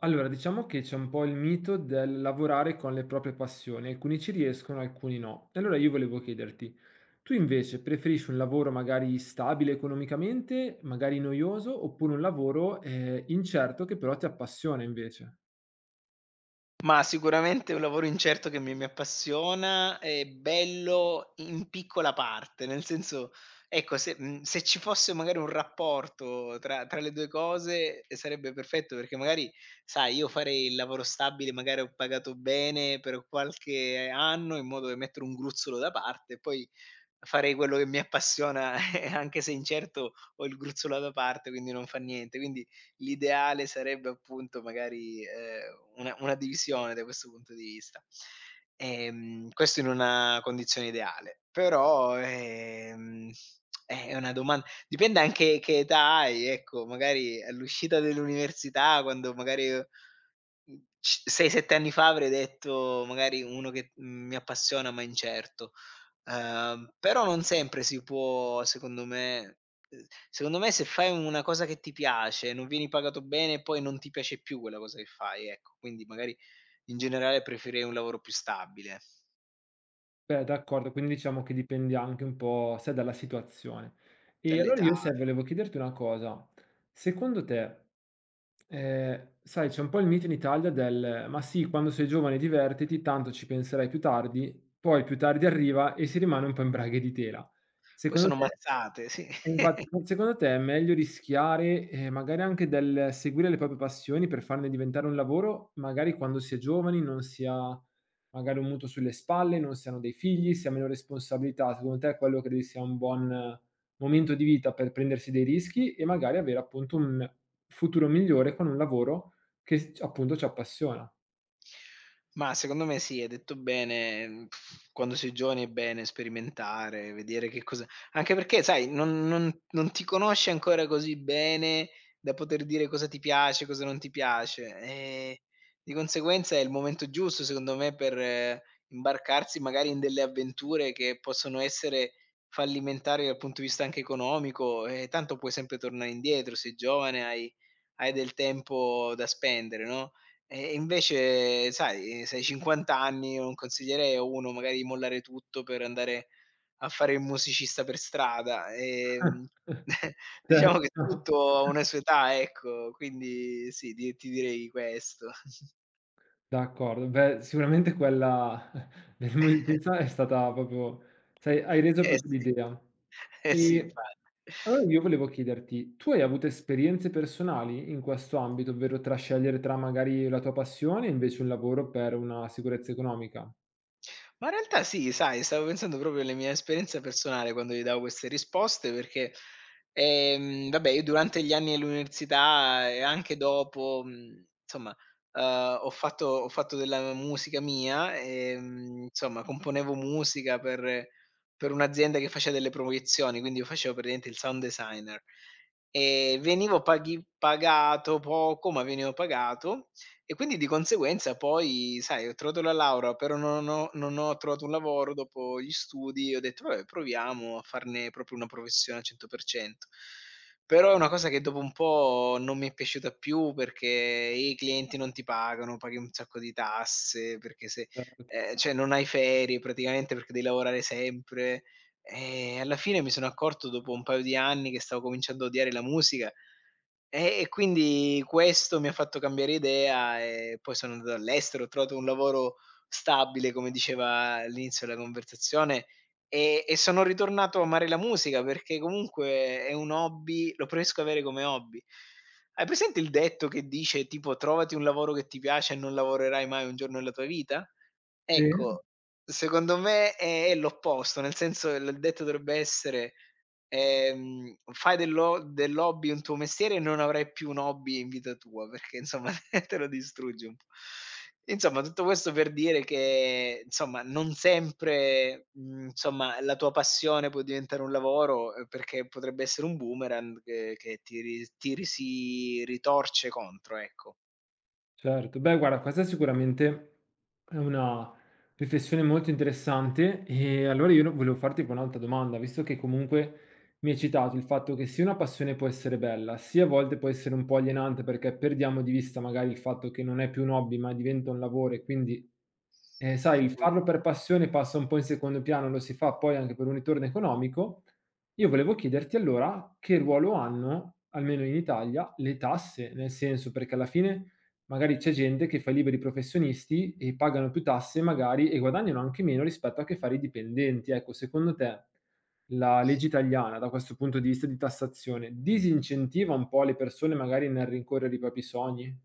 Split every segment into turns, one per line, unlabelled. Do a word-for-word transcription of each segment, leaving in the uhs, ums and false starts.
Allora, diciamo che c'è un po' il mito del lavorare con le proprie passioni, alcuni ci riescono, alcuni no. E allora io volevo chiederti, tu invece preferisci un lavoro magari stabile economicamente, magari noioso, oppure un lavoro eh, incerto che però ti appassiona invece?
Ma sicuramente è un lavoro incerto che mi mi appassiona, è bello in piccola parte, nel senso ecco se mhmm, se ci fosse magari un rapporto tra tra le due cose, ehm, sarebbe perfetto perché magari, sai, io farei il lavoro stabile, magari ho pagato bene per qualche anno in modo da mettere un gruzzolo da parte e poi farei quello che mi appassiona e anche se incerto ho il gruzzolo da parte, quindi non fa niente. Quindi l'ideale sarebbe appunto magari, ehm, una una divisione da questo punto di vista. Ehm, questo in una condizione ideale, però, ehm, è una doman dipende anche che età hai, ecco, magari all'uscita dell'università quando magari, mhmm, c sei, sette anni fa avrei detto magari uno che, mhmm, mi appassiona ma incerto. Ehm, però non sempre si può, secondo me ehm, secondo me se fai una cosa che ti piace, non vieni pagato bene, poi non ti piace più quella cosa che fai, ecco. Quindi magari in generale preferirei un lavoro più stabile,
Beh, d'accordo, quindi diciamo che dipende anche un po', sai, dalla situazione. E allora
dall'età.
sì, io, sai, volevo chiederti una cosa. Secondo te, eh, sai, c'è un po' il mito in Italia del ma sì, quando sei giovane divertiti, tanto ci penserai più tardi, poi più tardi arriva e si rimane un po' in braghe di tela.
Poi
Secondo
sono
te
mazzate, sì.
e infatti, ma secondo te è meglio rischiare, ehm, magari anche del seguire le proprie passioni per farne diventare un lavoro, magari quando si è giovani, non si ha magari un mutuo sulle spalle, non si hanno dei figli, si ha meno responsabilità. Secondo te quello credi sia un buon momento di vita per prendersi dei rischi e magari avere appunto un futuro migliore con un lavoro che s appunto ci appassiona?
Ma secondo me sì, hai detto bene. mhmm, Quando si è giovani è bene sperimentare, vedere che cosa, anche perché sai non non non ti conosci ancora così bene da poter dire cosa ti piace, cosa non ti piace, ehm, di conseguenza è il momento giusto secondo me per eh, imbarcarsi magari in delle avventure che possono essere fallimentari dal punto di vista anche economico, e tanto puoi sempre tornare indietro, sei giovane, hai hai del tempo da spendere, no? E invece sai, eh, se hai cinquanta anni io non consiglierei a uno magari di mollare tutto per andare a fare il musicista per strada, ehm, diciamo che
Certo.
tutto ha una sua età, ecco, quindi sì, di ti direi questo.
D'accordo. Beh, sicuramente quella del musicista è stata proprio sai, hai reso
Eh
proprio
sì.
l'idea.
Eh sì,
E
infatti.
allora io volevo chiederti, tu hai avuto esperienze personali in questo ambito, ovvero tra scegliere tra magari la tua passione e invece un lavoro per una sicurezza economica?
Ma in realtà sì, sai, stavo pensando proprio alla mia esperienza personale quando gli davo queste risposte perché, ehm, vabbè, io durante gli anni all'università e anche dopo, mhmm, insomma, uhm, ho fatto ho fatto della musica mia, ehm, insomma, componevo musica per per un'azienda che faceva delle proiezioni, quindi io facevo praticamente il sound designer. E venivo paghi pagato poco, ma venivo pagato, e quindi di conseguenza poi, sai, ho trovato la laurea, però non ho non ho trovato un lavoro dopo gli studi, ho detto: "Vabbè, proviamo a farne proprio una professione al cento per cento". Però è una cosa che dopo un po' non mi è piaciuta più perché i clienti non ti pagano, paghi un sacco di tasse, perché se
Certo.
ehm, cioè non hai ferie praticamente perché devi lavorare sempre. Ehm, alla fine mi sono accorto dopo un paio di anni che stavo cominciando a odiare la musica, e e quindi questo mi ha fatto cambiare idea e poi sono andato all'estero, ho trovato un lavoro stabile, come diceva all'inizio della conversazione, e e sono ritornato a amare la musica perché comunque è un hobby, lo preferisco avere come hobby. Hai presente il detto che dice tipo: "Trovati un lavoro che ti piace e non lavorerai mai un giorno della tua vita"?
Sì.
Ecco, secondo me è è l'opposto, nel senso il il detto dovrebbe essere, ehm: "Fai dell'ho dell'hobby un tuo mestiere e non avrai più un hobby in vita tua", perché insomma te lo distruggi un po'. Insomma, tutto questo per dire che, insomma, non sempre, mhmm, insomma, la tua passione può diventare un lavoro, ehm, perché potrebbe essere un boomerang che che ti ri ti ri si ritorce contro, ecco.
Certo. Beh guarda, questa sicuramente è una riflessione molto interessante, e allora io no volevo farti poi un'altra domanda, visto che comunque mi hai citato il fatto che sì una passione può essere bella, sì a volte può essere un po' alienante perché perdiamo di vista magari il fatto che non è più un hobby, ma diventa un lavoro e quindi, ehm, sai, il farlo per passione passa un po' in secondo piano, lo si fa poi anche per un ritorno economico. Io volevo chiederti allora che ruolo hanno, almeno in Italia, le tasse, nel senso perché alla fine magari c'è gente che fa i liberi professionisti e pagano più tasse magari e guadagnano anche meno rispetto a che fare i dipendenti. Ecco, secondo te la legge italiana, da questo punto di vista di tassazione, disincentiva un po' le persone magari nel rincorrere i propri sogni?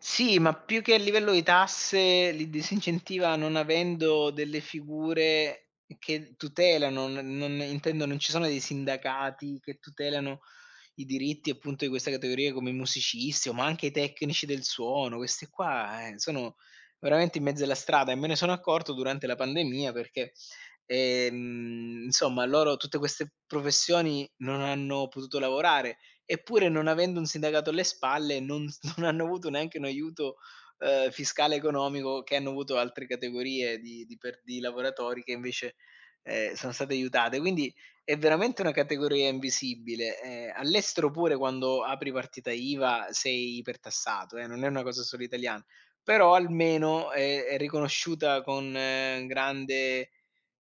Sì, ma più che a livello di tasse li disincentiva non avendo delle figure che tutelano, non non intendo non ci sono dei sindacati che tutelano i diritti appunto di questa categoria come i musicisti o ma anche i tecnici del suono. Questi qua, eh, sono veramente in mezzo alla strada e me ne sono accorto durante la pandemia perché, ehm, insomma loro, tutte queste professioni non hanno potuto lavorare. Eppure non avendo un sindacato alle spalle non s non hanno avuto neanche un aiuto, ehm, fiscale economico, che hanno avuto altre categorie di di per di lavoratori che invece, ehm, sono state aiutate. Quindi è veramente una categoria invisibile. Ehm, all'estero pure quando apri partita IVA sei ipertassato, eh, non è una cosa solo italiana, però almeno è è riconosciuta con eh, grande,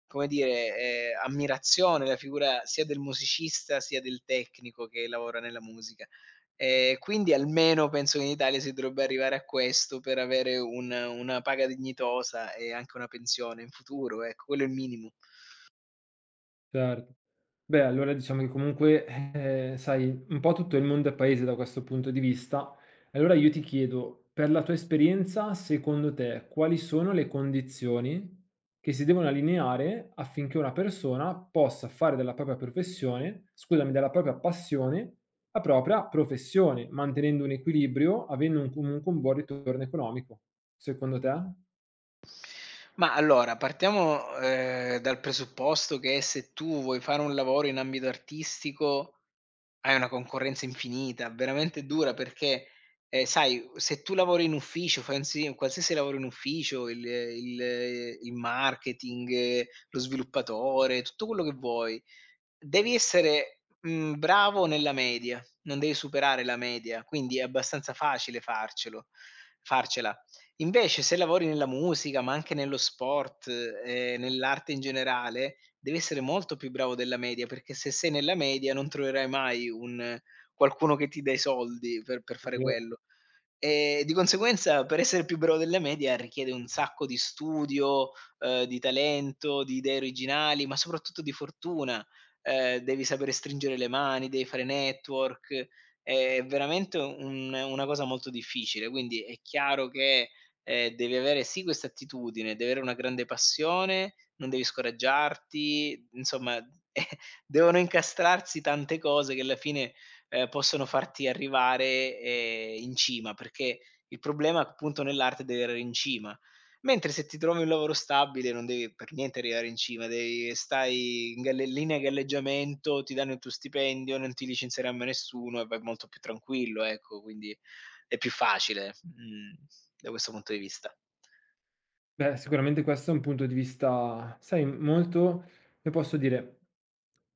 come dire, ehm, ammirazione la figura sia del musicista, sia del tecnico che lavora nella musica. Ehm, quindi almeno penso che in Italia si dovrebbe arrivare a questo per avere un una paga dignitosa e anche una pensione in futuro, ecco, quello è il minimo.
Certo. Beh, allora diciamo che comunque, eh, sai, un po' tutto il mondo è paese da questo punto di vista. Allora io ti chiedo, per la tua esperienza, secondo te, quali sono le condizioni che si devono allineare affinché una persona possa fare della propria professione, scusami, della propria passione, la propria professione, mantenendo un equilibrio, avendo un- comunque un buon ritorno economico, secondo te?
Ma allora partiamo, ehm, dal presupposto che se tu vuoi fare un lavoro in ambito artistico hai una concorrenza infinita, veramente dura perché, ehm, sai, se tu lavori in ufficio, fai un si un qualsiasi lavoro in ufficio, il il il marketing, eh, lo sviluppatore, tutto quello che vuoi, devi essere, mhmm, bravo nella media, non devi superare la media, quindi è abbastanza facile farcelo farcela. Invece se lavori nella musica, ma anche nello sport, ehm, nell'arte in generale, devi essere molto più bravo della media, perché se sei nella media non troverai mai un qualcuno che ti dà i soldi per per fare
Ovvero?
quello. Ehm, di conseguenza per essere più bravo della media richiede un sacco di studio, ehm, di talento, di idee originali, ma soprattutto di fortuna. Ehm, devi sapere stringere le mani, devi fare network, è veramente un una cosa molto difficile. Quindi è chiaro che, ehm, devi avere sì questa attitudine, devi avere una grande passione, non devi scoraggiarti, insomma, eh, devono incastrarsi tante cose che alla fine, ehm, possono farti arrivare, ehm, in cima, perché il problema appunto nell'arte è di arrivare in cima. Mentre se ti trovi un lavoro stabile non devi per niente arrivare in cima, devi stai in galle linea di galleggiamento, ti danno il tuo stipendio, non ti licenzierà mai nessuno e vai molto più tranquillo, ecco, quindi è più facile, mhmm, da questo punto di vista.
Beh, sicuramente questo è un punto di vista, sai, molto come posso dire,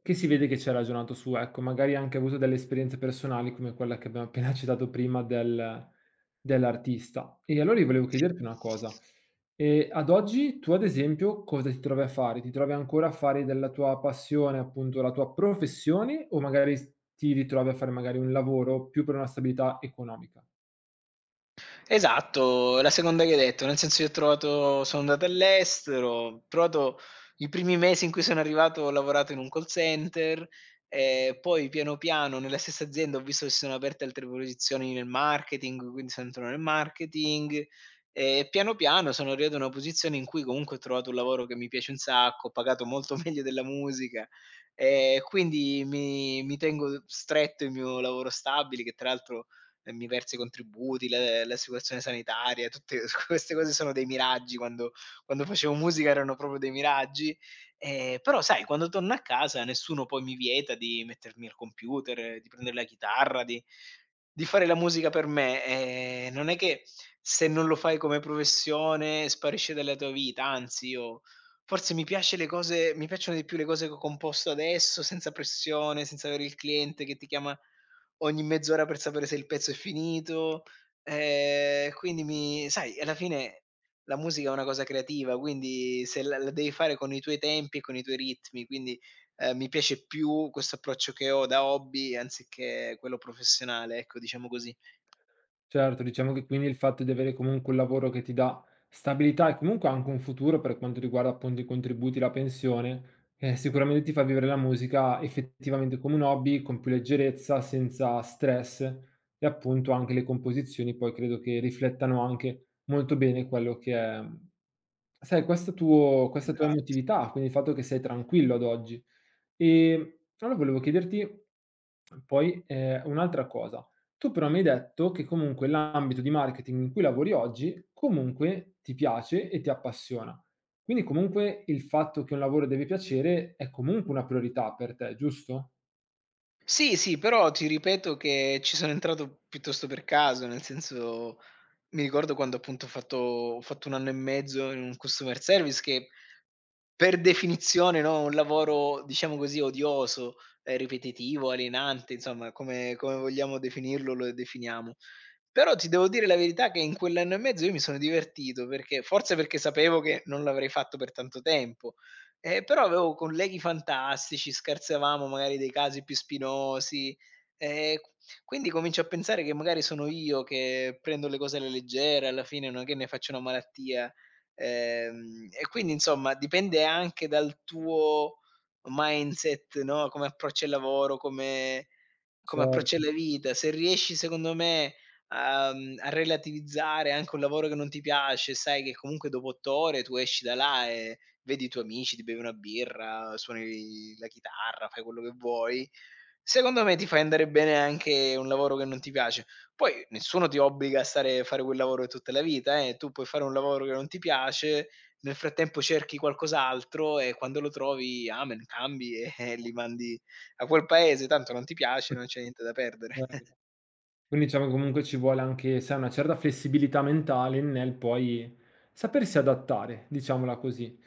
che si vede che ci ha ragionato su, ecco. Magari ha anche avuto delle esperienze personali come quella che abbiamo appena citato prima del dell'artista. E allora io volevo
Sì.
chiederti una cosa: ehm, ad oggi tu ad esempio cosa ti trovi a fare? Ti trovi ancora a fare della tua passione, appunto, la tua professione o magari s ti ritrovi a fare magari un lavoro più per una stabilità economica?
Esatto, la seconda che hai detto, nel senso io ho trovato sono andato all'estero, ho trovato. I primi mesi in cui sono arrivato ho lavorato in un call center, ehm, poi piano piano nella stessa azienda ho visto che si sono aperte altre posizioni nel marketing, quindi sono entrato nel marketing e piano piano sono arrivato a una posizione in cui comunque ho trovato un lavoro che mi piace un sacco, ho pagato molto meglio della musica, ehm, quindi mi mi tengo stretto il mio lavoro stabile che tra l'altro ehm, mi versa i contributi, le l'assicurazione sanitaria, tutte queste cose sono dei miraggi, quando quando facevo musica erano proprio dei miraggi. Ehm, però sai, quando torno a casa nessuno poi mi vieta di mettermi al computer, eh, di prendere la chitarra, di di fare la musica per me. Ehm, non è che se non lo fai come professione sparisce dalla tua vita, anzi io forse mi piace le cose mi piacciono di più le cose che ho composto adesso, senza pressione, senza avere il cliente che ti chiama ogni mezz'ora per sapere se il pezzo è finito, ehm, quindi mi sai, alla fine la musica è una cosa creativa, quindi se la la devi fare con i tuoi tempi e con i tuoi ritmi, quindi, ehm, mi piace più questo approccio che ho da hobby anziché quello professionale, ecco, diciamo così.
Certo, diciamo che quindi il fatto di avere comunque un lavoro che ti dà stabilità e comunque anche un futuro per quanto riguarda appunto i contributi, la pensione, eh, sicuramente ti fa vivere la musica effettivamente come un hobby, con più leggerezza, senza stress e appunto anche le composizioni poi credo che riflettano anche molto bene quello che è, sai, questo tuo, questa tua
Esatto.
emotività, quindi il fatto che sei tranquillo ad oggi. Ehm, allora volevo chiederti poi, ehm, un'altra cosa. Tu però mi hai detto che comunque l'ambito di marketing in cui lavori oggi, comunque ti piace e ti appassiona. Quindi comunque il fatto che un lavoro deve piacere è comunque una priorità per te, giusto?
Sì, sì, però ti ripeto che ci sono entrato piuttosto per caso, nel senso, mi ricordo quando appunto ho fatto ho fatto un anno e mezzo in un customer service che per definizione, no, un lavoro diciamo così odioso, ehm, ripetitivo, alienante, insomma come come vogliamo definirlo lo definiamo. Però ti devo dire la verità che in quell'anno e mezzo io mi sono divertito, perché forse perché sapevo che non l'avrei fatto per tanto tempo, ehm, però avevo colleghi fantastici, scherzavamo magari dei casi più spinosi, ehm, q quindi comincio a pensare che magari sono io che prendo le cose alla leggera, alla fine non è che ne faccio una malattia, ehm, e quindi insomma dipende anche dal tuo mindset, no, come approcci al lavoro, come come approcci
Certo,
alla vita. Se riesci secondo me a mhmm, a relativizzare anche un lavoro che non ti piace, sai che comunque dopo otto ore tu esci da là e vedi i tuoi amici, ti bevi una birra, suoni la chitarra, fai quello che vuoi. Secondo me ti fa andare bene anche un lavoro che non ti piace. Poi nessuno ti obbliga a stare a fare quel lavoro tutta la vita, eh, tu puoi fare un lavoro che non ti piace, nel frattempo cerchi qualcos'altro e quando lo trovi, amen, cambi e li mandi a quel paese, tanto non ti piace,
mh,
non c'è niente da perdere.
cer quindi diciamo che comunque ci vuole anche, sai, una certa flessibilità mentale nel poi sapersi adattare, diciamola così.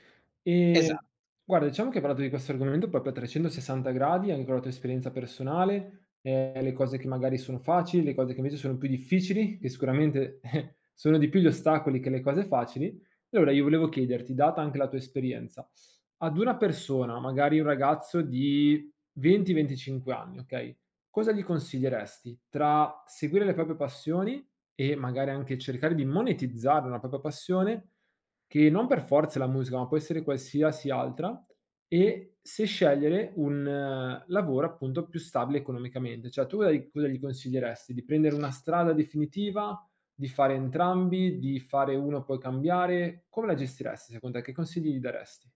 Esa
E guarda, diciamo che hai parlato di questo argomento proprio a trecentosessanta gradi, anche con la tua esperienza personale, eh, le cose che magari sono facili, le cose che invece sono più difficili, che sicuramente sono di più gli ostacoli che le cose facili. Allora io volevo chiederti, data anche la tua esperienza, ad una persona, magari un ragazzo di venti venticinque anni, ok? Cosa gli consiglieresti tra seguire le proprie passioni e magari anche cercare di monetizzare una propria passione, che non per forza è la musica, ma può essere qualsiasi altra, e se scegliere un eh, lavoro appunto più stabile economicamente? Cioè tu cosa gli cosa gli consiglieresti? Di prendere una strada definitiva, di fare entrambi, di fare uno e poi cambiare? Come la gestiresti secondo te? Che consigli gli daresti?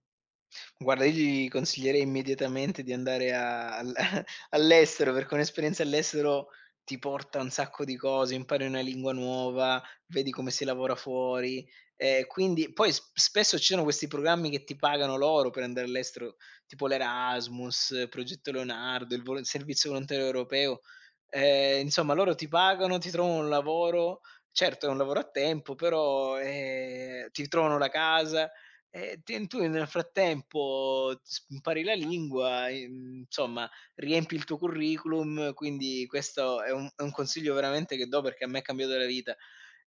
Guarda, io gli consiglierei immediatamente di andare a al all'estero, perché un'esperienza all'estero ti porta un sacco di cose, impari una lingua nuova, vedi come si lavora fuori. Ehm, quindi poi s spesso ci sono questi programmi che ti pagano loro per andare all'estero, tipo l'Erasmus, eh, Progetto Leonardo, il vol il servizio volontario europeo. Ehm, insomma loro ti pagano, ti trovano un lavoro, certo è un lavoro a tempo, però, ehm, ti trovano la casa. Ehm, ti tu nel frattempo s impari la lingua, ehm, insomma riempi il tuo curriculum, quindi questo è un è un consiglio veramente che do perché a me ha cambiato la vita.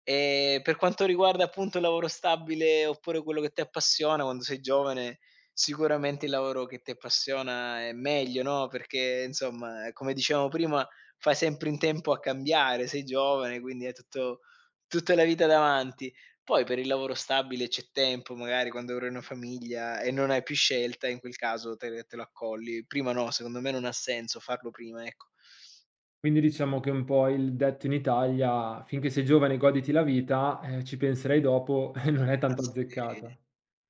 Ehm, per quanto riguarda appunto il lavoro stabile, oppure quello che ti appassiona quando sei giovane, sicuramente il lavoro che ti appassiona è meglio, no, perché insomma, come dicevamo prima, fai sempre in tempo a cambiare, sei giovane, quindi hai tutto tutta la vita davanti. Poi per il lavoro stabile c'è tempo, magari quando avrai una famiglia e non hai più scelta, in quel caso te te lo accolli. Prima no, secondo me non ha senso farlo prima, ecco.
Quindi diciamo che un po' il detto in Italia: "Finché sei giovane goditi la vita, ehm, ci penserai dopo", non è
Ma
tanto
sì,
azzeccata.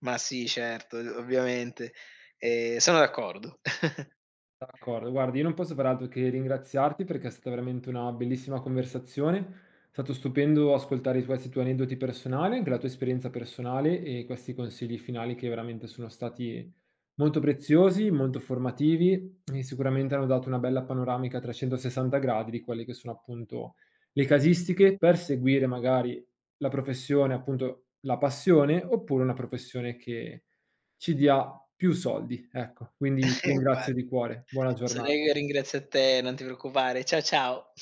ma sì, certo, uhm, ovviamente. Ehm, sono d'accordo.
D'accordo, guarda, io non posso far altro che ringraziarti perché è stata veramente una bellissima conversazione. È stato stupendo ascoltare i questi tuoi aneddoti personali, anche la tua esperienza personale e questi consigli finali che veramente sono stati molto preziosi, molto formativi e sicuramente hanno dato una bella panoramica a trecentosessanta gradi di quelle che sono appunto le casistiche per seguire magari la professione, appunto la passione, oppure una professione che ci dia più soldi, ecco. Quindi ti ringrazio
Infatti.
di cuore. Buona giorna
Sarei ringrazi a te, non ti preoccupare. Ciao, ciao.